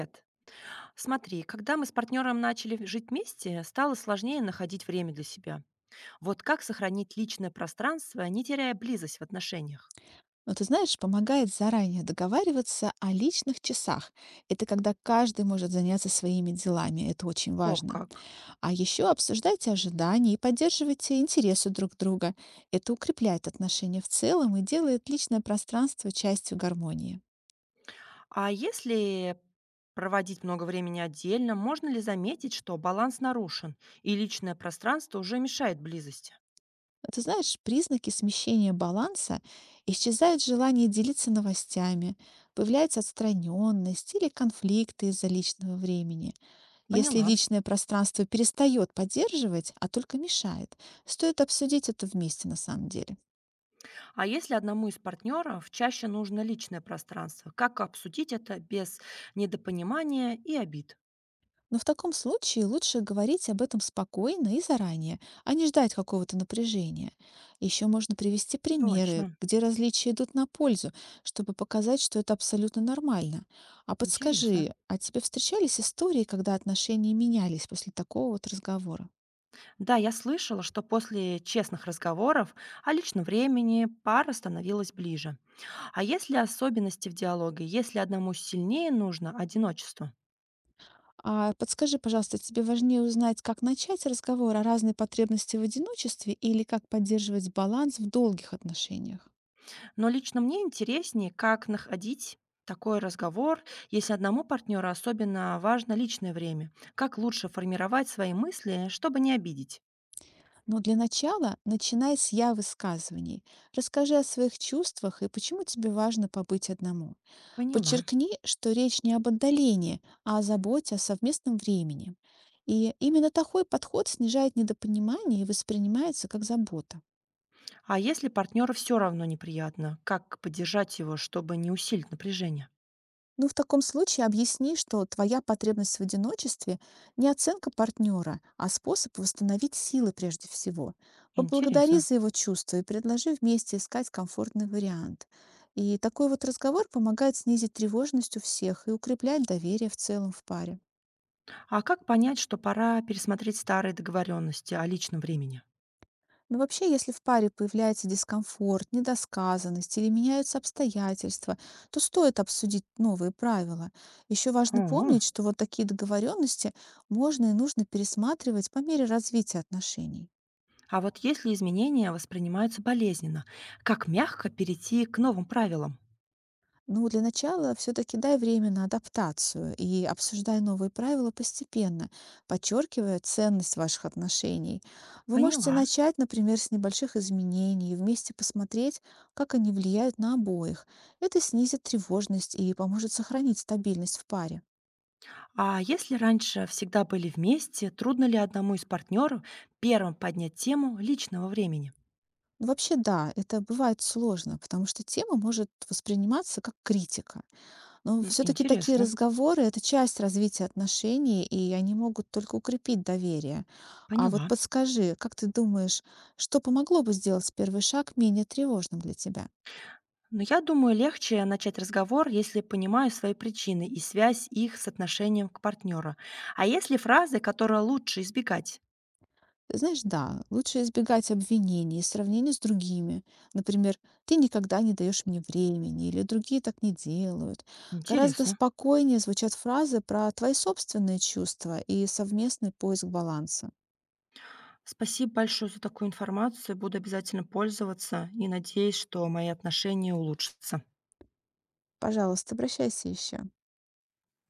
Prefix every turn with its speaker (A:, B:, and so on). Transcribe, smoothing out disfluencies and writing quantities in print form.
A: Эт. Смотри, когда мы с партнером начали жить вместе, стало сложнее находить время для себя. Вот как сохранить личное пространство, не теряя близость в отношениях?
B: Но ты знаешь, помогает заранее договариваться о личных часах. Это когда каждый может заняться своими делами, это очень
A: О,
B: важно.
A: как.
B: А еще обсуждайте ожидания и поддерживайте интересы друг друга. Это укрепляет отношения в целом и делает личное пространство частью гармонии.
A: А если проводить много времени отдельно, можно ли заметить, что баланс нарушен, и личное пространство уже мешает близости?
B: Ты знаешь, признаки смещения баланса — исчезает желание делиться новостями, появляется отстраненность или конфликты из-за личного времени. Если
A: Поняла.
B: личное пространство перестает поддерживать, а только мешает, стоит обсудить это вместе на самом деле.
A: А если одному из партнеров чаще нужно личное пространство, как обсудить это без недопонимания и обид?
B: Но в таком случае лучше говорить об этом спокойно и заранее, а не ждать какого-то напряжения. Еще можно привести примеры,
A: Точно.
B: где различия идут на пользу, чтобы показать, что это абсолютно нормально. А
A: Интересно.
B: подскажи, а тебе встречались истории, когда отношения менялись после такого вот разговора?
A: Да, я слышала, что после честных разговоров о личном времени пара становилась ближе. А есть ли особенности в диалоге, если одному сильнее нужно одиночество?
B: А подскажи, пожалуйста, тебе важнее узнать, как начать разговор о разной потребности в одиночестве или как поддерживать баланс в долгих отношениях?
A: Но лично мне интереснее, как находить такой разговор, если одному партнеру особенно важно личное время. Как лучше формировать свои мысли, чтобы не обидеть?
B: Но для начала начинай с «я» высказываний. Расскажи о своих чувствах и почему тебе важно побыть одному.
A: Поняла.
B: Подчеркни, что речь не об отдалении, а о заботе о совместном времени. И именно такой подход снижает недопонимание и воспринимается как забота.
A: А если партнеру все равно неприятно, как поддержать его, чтобы не усилить напряжение?
B: Ну, в таком случае объясни, что твоя потребность в одиночестве — не оценка партнера, а способ восстановить силы прежде всего. Поблагодари
A: Интересно.
B: за его чувства и предложи вместе искать комфортный вариант. И такой вот разговор помогает снизить тревожность у всех и укреплять доверие в целом в паре.
A: А как понять, что пора пересмотреть старые договоренности о личном времени?
B: Но вообще, если в паре появляется дискомфорт, недосказанность или меняются обстоятельства, то стоит обсудить новые правила. Еще важно
A: О.
B: помнить, что вот такие договоренности можно и нужно пересматривать по мере развития отношений.
A: А вот если изменения воспринимаются болезненно, как мягко перейти к новым правилам?
B: Ну, для начала все-таки дай время на адаптацию и обсуждай новые правила постепенно, подчеркивая ценность ваших отношений. Вы можете
A: Поняла.
B: начать, например, с небольших изменений и вместе посмотреть, как они влияют на обоих. Это снизит тревожность и поможет сохранить стабильность в паре.
A: А если раньше всегда были вместе, трудно ли одному из партнеров первым поднять тему личного времени?
B: Вообще, да, это бывает сложно, потому что тема может восприниматься как критика. Но
A: М,
B: все-таки такие
A: интересно.
B: разговоры — это часть развития отношений, и они могут только укрепить доверие. А вот
A: Поняла.
B: подскажи, как ты думаешь, что помогло бы сделать первый шаг менее тревожным для тебя?
A: Но я думаю, легче начать разговор, если понимаю свои причины и связь их с отношением к партнеру. А если фразы, которые лучше избегать?
B: Ты знаешь, да, лучше избегать обвинений и сравнений с другими. Например, ты никогда не даешь мне времени, или другие так не делают. Гораздо
A: Интересно.
B: спокойнее звучат фразы про твои собственные чувства и совместный поиск баланса.
A: Спасибо большое за такую информацию. Буду обязательно пользоваться и надеюсь, что мои отношения улучшатся.
B: Пожалуйста, обращайся еще.